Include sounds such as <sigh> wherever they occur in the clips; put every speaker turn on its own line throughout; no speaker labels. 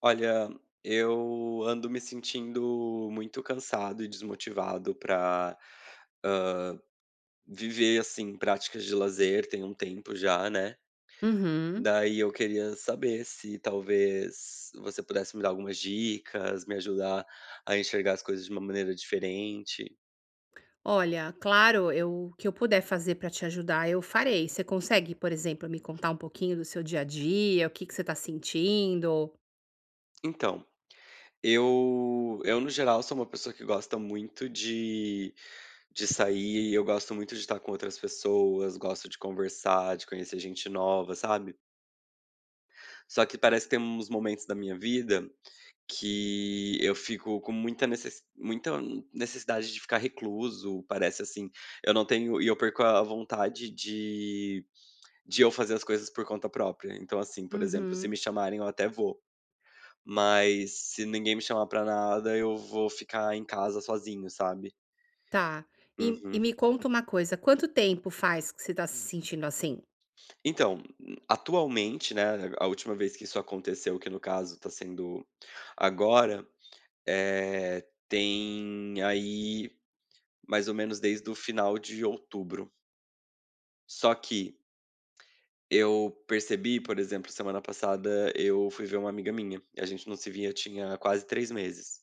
Olha, eu ando me sentindo muito cansado e desmotivado para viver, assim, práticas de lazer, tem um tempo já, né.
Uhum.
Daí eu queria saber se talvez você pudesse me dar algumas dicas, me ajudar a enxergar as coisas de uma maneira diferente.
Olha, claro, eu o que eu puder fazer para te ajudar, eu farei. Você consegue, por exemplo, me contar um pouquinho do seu dia a dia, o que que você está sentindo?
Então, eu no geral sou uma pessoa que gosta muito de sair, eu gosto muito de estar com outras pessoas, gosto de conversar, de conhecer gente nova, sabe? Só que parece que tem uns momentos da minha vida que eu fico com muita necessidade de ficar recluso, parece assim, eu não tenho, e eu perco a vontade de eu fazer as coisas por conta própria. Então, assim, por exemplo, se
Uhum.
me chamarem eu até vou, mas se ninguém me chamar pra nada, eu vou ficar em casa sozinho, sabe.
Tá. E
Uhum.
me conta uma coisa, quanto tempo faz que você está se sentindo assim?
Então, atualmente, né, a última vez que isso aconteceu, que no caso tá sendo agora, Eh, tem aí mais ou menos desde o final de outubro. Só que eu percebi, por exemplo, semana passada eu fui ver uma amiga minha, e a gente não se via tinha quase 3 meses.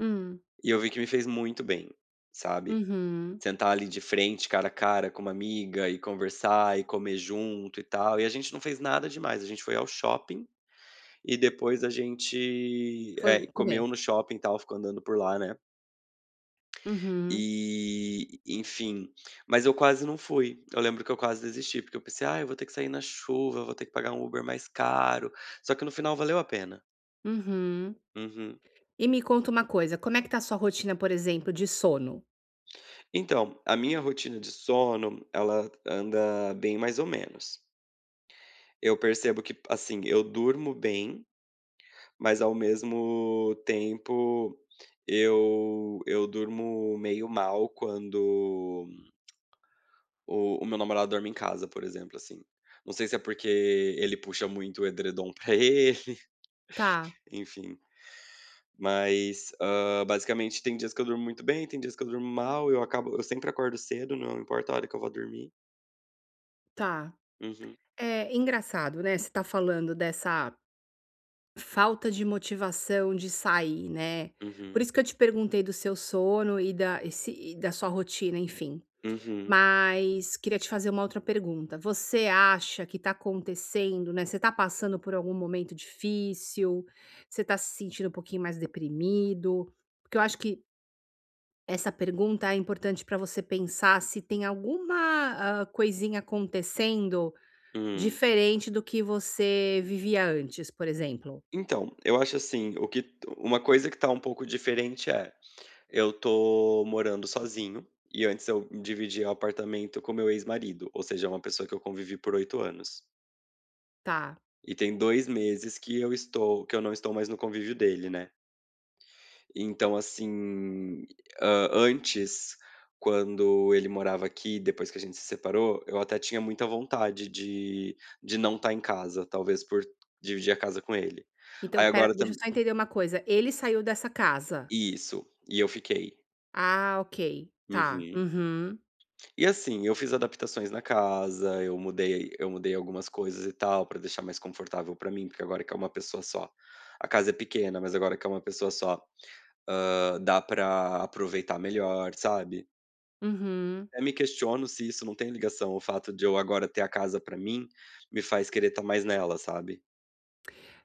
Hum.
E eu vi que me fez muito bem, sabe.
Uhum.
Sentar ali de frente, cara a cara com uma amiga e conversar e comer junto e tal, e a gente não fez nada demais, a gente foi ao shopping e depois a gente,
Foi o comer.
comeu no shopping e tal, ficou andando por lá, né.
Uhum.
E, enfim, mas eu quase não fui. Eu lembro que eu quase desisti, porque eu pensei: "Ah, eu vou ter que sair na chuva, vou ter que pagar um Uber mais caro", só que no final valeu a pena.
Uhum.
Uhum.
E me conta uma coisa, como é que tá a sua rotina, por exemplo, de sono?
Então, a minha rotina de sono, ela anda bem mais ou menos. Eu percebo que, assim, eu durmo bem, mas ao mesmo tempo eu durmo meio mal quando o meu namorado dorme em casa, por exemplo, assim. Não sei se é porque ele puxa muito o edredom pra ele, <laughs>
Tá,
enfim. Mas, basicamente tem dias que eu durmo muito bem, tem dias que eu durmo mal, eu sempre acordo cedo, não importa a hora que eu vou dormir.
tá.
Uhum,
É engraçado, né, você tá falando dessa Falta de motivação de sair, né. Por
uhum,
isso que eu te perguntei do seu sono e da e se e da sua rotina, enfim.
uhum,
Mas queria te fazer uma outra pergunta. Você acha que tá acontecendo, né, você tá passando por algum momento difícil? Você tá se sentindo um pouquinho mais deprimido? Porque eu acho que essa pergunta é importante para você pensar se tem alguma, coisinha acontecendo
hum.
diferente do que você vivia antes, por exemplo.
Então, eu acho assim, o que uma coisa que tá um pouco diferente é, eu tô morando sozinho, e antes eu dividia apartamento com meu ex-marido, ou seja, é uma pessoa que eu convivi por 8 anos.
Tá.
E tem 2 meses que eu não estou mais no convívio dele, né. Então assim, antes, quando ele morava aqui, depois que a gente se separou, eu até tinha muita vontade de não estar em casa, talvez por dividir a casa com ele.
Então
Aí
espera,
agora
deixa eu
também
só entender uma coisa, ele saiu dessa casa?
isso, e eu fiquei.
Ah, ok, tá.
Uhum.
Uhum,
E assim, eu fiz adaptações na casa, eu mudei algumas coisas e tal, pra deixar mais confortável pra mim, porque agora que é uma pessoa só a casa é pequena, mas agora que é uma pessoa só, dá pra aproveitar melhor, sabe.
uhum.
Até me questiono se isso não tem ligação, o fato de eu agora ter a casa pra mim, me faz querer estar mais nela, sabe.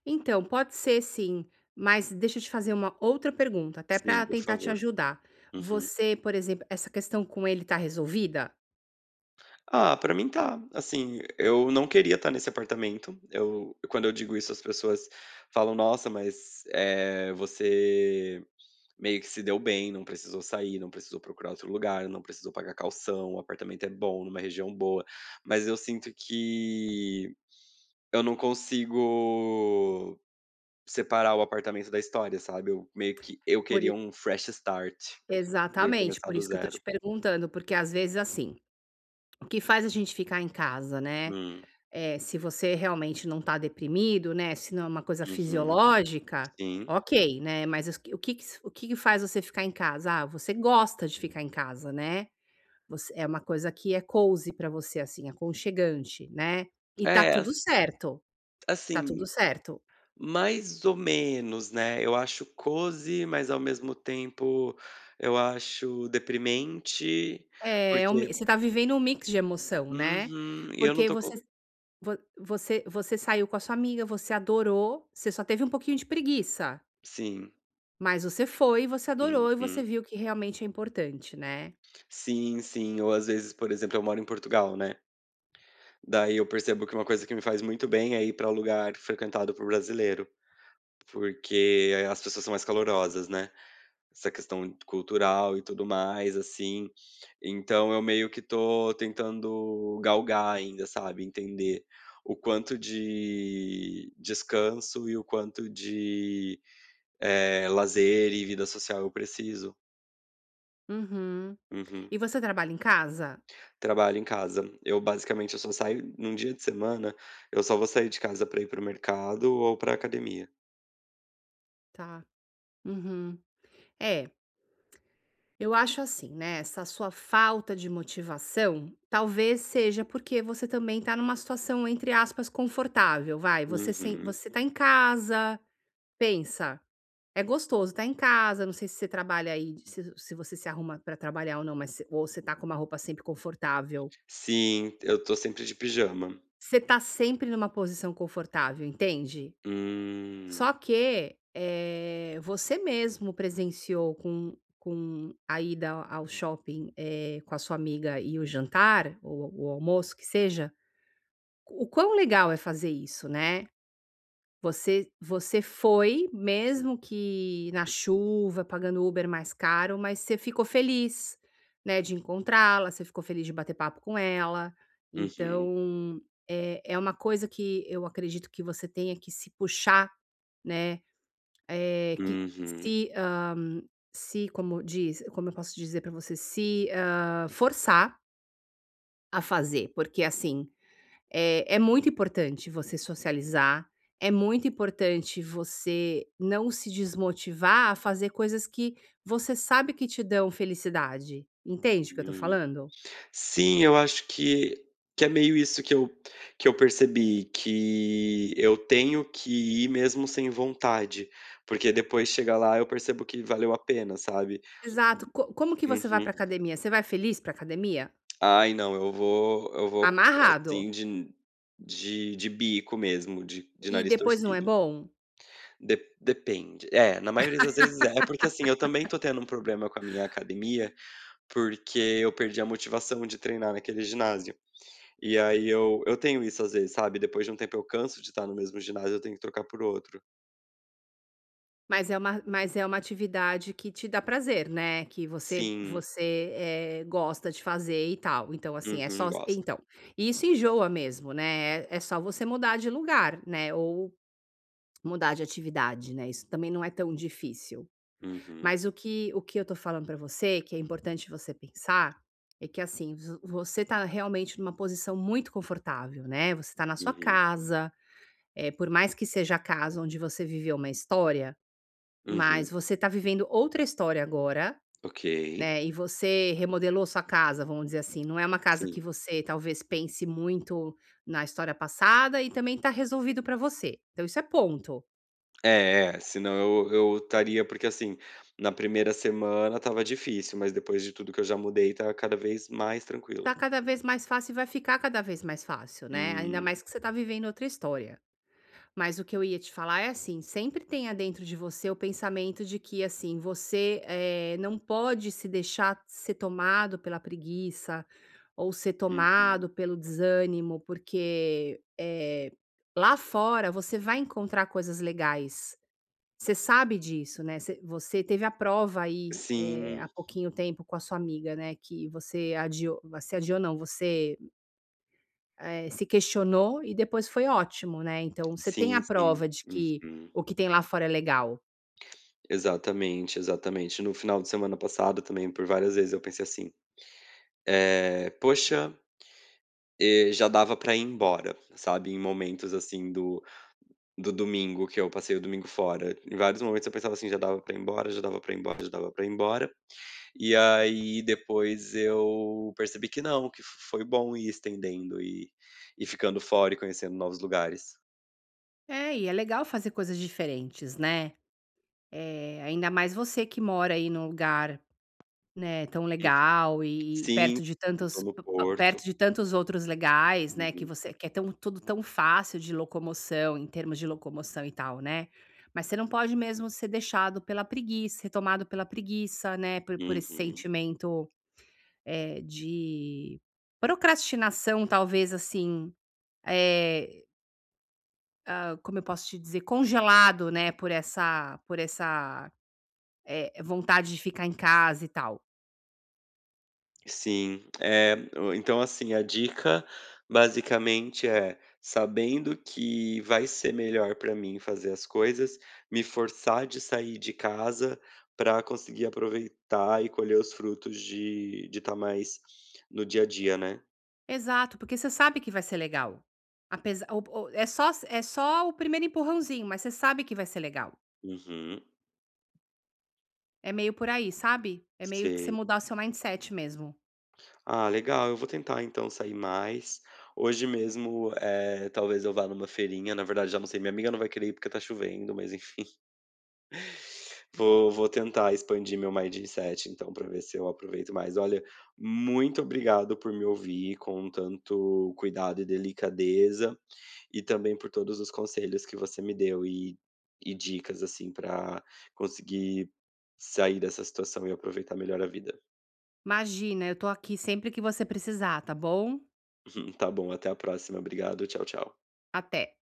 Então, pode ser sim, mas deixa eu te fazer uma outra pergunta, até
Sim,
para
por
tentar te
favor.
ajudar.
Uhum.
Você, por exemplo, essa questão com ele tá resolvida?
Ah, pra mim tá. Assim, eu não queria estar nesse apartamento. Eu Quando eu digo isso, as pessoas falam: "Nossa, mas, você meio que se deu bem, não precisou sair, não precisou procurar outro lugar, não precisou pagar calção, o apartamento é bom, numa região boa". Mas eu sinto que eu não consigo separar o apartamento da história, sabe. Eu meio que eu
Por i
queria um fresh start, queria
Exatamente,
começar
por
do
isso que eu tô te
zero.
perguntando, porque às vezes, assim, o que faz a gente ficar em casa, né.
Hum,
É, se você realmente não está deprimido, né, se não é uma coisa
uhum,
fisiológica,
sim.
ok, né, mas o que que faz você ficar em casa? Ah, você gosta de ficar em casa, né, você é uma coisa que é cozy para você, assim, aconchegante, né, e tá
É,
tudo
as
certo, tá tudo
assim.
certo.
Mais ou menos, né, eu acho cozy, mas ao mesmo tempo eu acho deprimente,
É é um mi
porque,
Você tá vivendo um mix de emoção, né,
uhum, e eu não
porque
tô
você
com,
vo você você saiu com a sua amiga, você adorou, você só teve um pouquinho de preguiça.
sim,
Mas você adorou e você
uhum.
viu que realmente é importante, né.
Sim, sim, ou às vezes, por exemplo, eu moro em Portugal, né, daí eu percebo que uma coisa que me faz muito bem é ir pra lugar frequentado por brasileiro, porque as pessoas são mais calorosas, né. Essa questão cultural e tudo mais, assim. Então eu meio que tô tentando galgar ainda, sabe, entender o quanto de descanso e o quanto de, lazer e vida social eu preciso.
Uhum.
Uhum.
E você trabalha em casa?
Trabalho em casa. Eu, basicamente, eu só saio num dia de semana, eu só vou sair de casa pra ir pro mercado ou pra academia.
Tá. Uhum. É, eu acho assim, né, essa sua falta de motivação, talvez seja porque você também tá numa situação, entre aspas, "confortável", vai, você sem
Uhum.
você tá em casa, pensa, é gostoso tá em casa, não sei se você trabalha aí, se você se arruma pra trabalhar ou não, mas se ou você tá com uma roupa sempre confortável.
Sim, eu tô sempre de pijama.
Você tá sempre numa posição confortável, entende? Só
Hum.
que, você mesmo presenciou com a ida ao shopping, com a sua amiga e o jantar, ou o almoço que seja, o quão legal é fazer isso, né? Você foi, mesmo que na chuva, pagando Uber mais caro, mas você ficou feliz, né, de encontrá-la, você ficou feliz de bater papo com ela,
Uhum,
então, é uma coisa que eu acredito que você tenha que se puxar, né, eh, que
uhum.
se, hã, se, como diz, como eu posso dizer para você, se, forçar a fazer, porque assim é muito importante você socializar, é muito importante você não se desmotivar a fazer coisas que você sabe que te dão felicidade. Entende o que eu tô
Hum.
falando?
Sim, eu acho que é meio isso que eu percebi, que eu tenho que ir mesmo sem vontade, porque depois chega lá eu percebo que valeu a pena, sabe.
Exato. Co Como que você vai
Uhum.
pra academia? Você vai feliz pra academia?
Ai não, eu vou
Amarrado.
assim de bico mesmo, de
E
nariz
depois não é
torcido.
bom?
De depende. É, na maioria das vezes é. É porque assim, eu também tô tendo um problema com a minha academia, porque eu perdi a motivação de treinar naquele ginásio. E aí eu tenho isso às vezes, sabe, depois de um tempo eu canso de estar no mesmo ginásio, eu tenho que trocar por outro.
Mas é uma atividade que te dá prazer, né, que você
Sim.
você, eh, gosta de fazer e tal. Então, assim,
Uhum, gosto.
isso enjoa mesmo, né, é só você mudar de lugar, né, ou mudar de atividade, né, isso também não é tão difícil.
Uhum,
Mas o que eu tô falando pra você, que é importante você pensar, é que, assim, vo você tá realmente numa posição muito confortável, né, você tá na sua
uhum,
casa, por mais que seja a casa onde você viveu uma história, mas
uhum.
você está vivendo outra história agora,
Ok.
né, e você remodelou sua casa, vamos dizer assim, não é uma casa que
Sim.
você talvez pense muito na história passada e também está resolvido para você. Então isso é ponto.
É, é, senão eu estaria porque, assim, na primeira semana estava difícil, mas depois de tudo que eu já mudei, tá cada vez mais
Tá
tranquilo.
cada vez mais fácil e vai ficar cada vez mais fácil, né, ainda
Hum,
mais que você tá vivendo outra história. Mas o que eu ia te falar é assim, sempre tenha dentro de você o pensamento de que assim, você, não pode se deixar ser tomado pela preguiça, ou ser
uhum.
tomado pelo desânimo, porque, lá fora você vai encontrar coisas legais. Você sabe disso, né, você teve a prova aí, há
Sim,
pouquinho tempo com a sua amiga, né, que você adiou não, você se questionou e depois foi ótimo, né, então você tem a
sim, sim.
prova de que
Uhum.
o que tem lá fora é legal.
Exatamente, exatamente. No final de semana passado também, por várias vezes eu pensei assim, é "Poxa". Já dava pra ir embora, sabe, em momentos, assim, do domingo, que eu passei o domingo fora. Em vários momentos eu pensava assim: "Já dava pra ir embora, já dava pra ir embora, já dava pra ir embora". E aí depois eu percebi que não, que fo foi bom ir estendendo e ficando fora e conhecendo novos lugares.
É, e é legal fazer coisas diferentes, né. É ainda mais você que mora aí num lugar. Né, tão
Hum.
legal e
Sim,
perto de tantos
estou no
p p
Porto.
perto de tantos outros legais, né, que
Uhum,
você que é tão tudo tão fácil de locomoção, em termos de locomoção e tal, né. Mas você não pode mesmo ser tomado pela preguiça, né, por esse
uhum.
sentimento, de procrastinação talvez, assim, é como eu posso te dizer, congelado, né, por essa vontade de ficar em casa e tal.
Sim, o então assim, a dica basicamente é, sabendo que vai ser melhor para mim fazer as coisas, me forçar de sair de casa para conseguir aproveitar e colher os frutos de estar mais no dia a dia, né.
Exato, porque você sabe que vai ser legal. Apesar, o é só o primeiro empurrãozinho, mas você sabe que vai ser legal.
Uhum,
É meio por aí, sabe? É meio que você
sei.
mudar o seu mindset mesmo.
Ah, legal, eu vou tentar então sair mais. Hoje mesmo, talvez eu vá numa feirinha, na verdade já não sei, minha amiga não vai querer ir porque tá chovendo, mas vou tentar expandir meu mindset então para ver se eu aproveito mais. Olha, muito obrigado por me ouvir com tanto cuidado e delicadeza, e também por todos os conselhos que você me deu e dicas, assim, para conseguir sair dessa situação e aproveitar melhor a vida.
"Imagina, eu tô aqui sempre que você precisar, tá bom?
<laughs> Tá bom, até a próxima. Obrigado, tchau, tchau.
Até".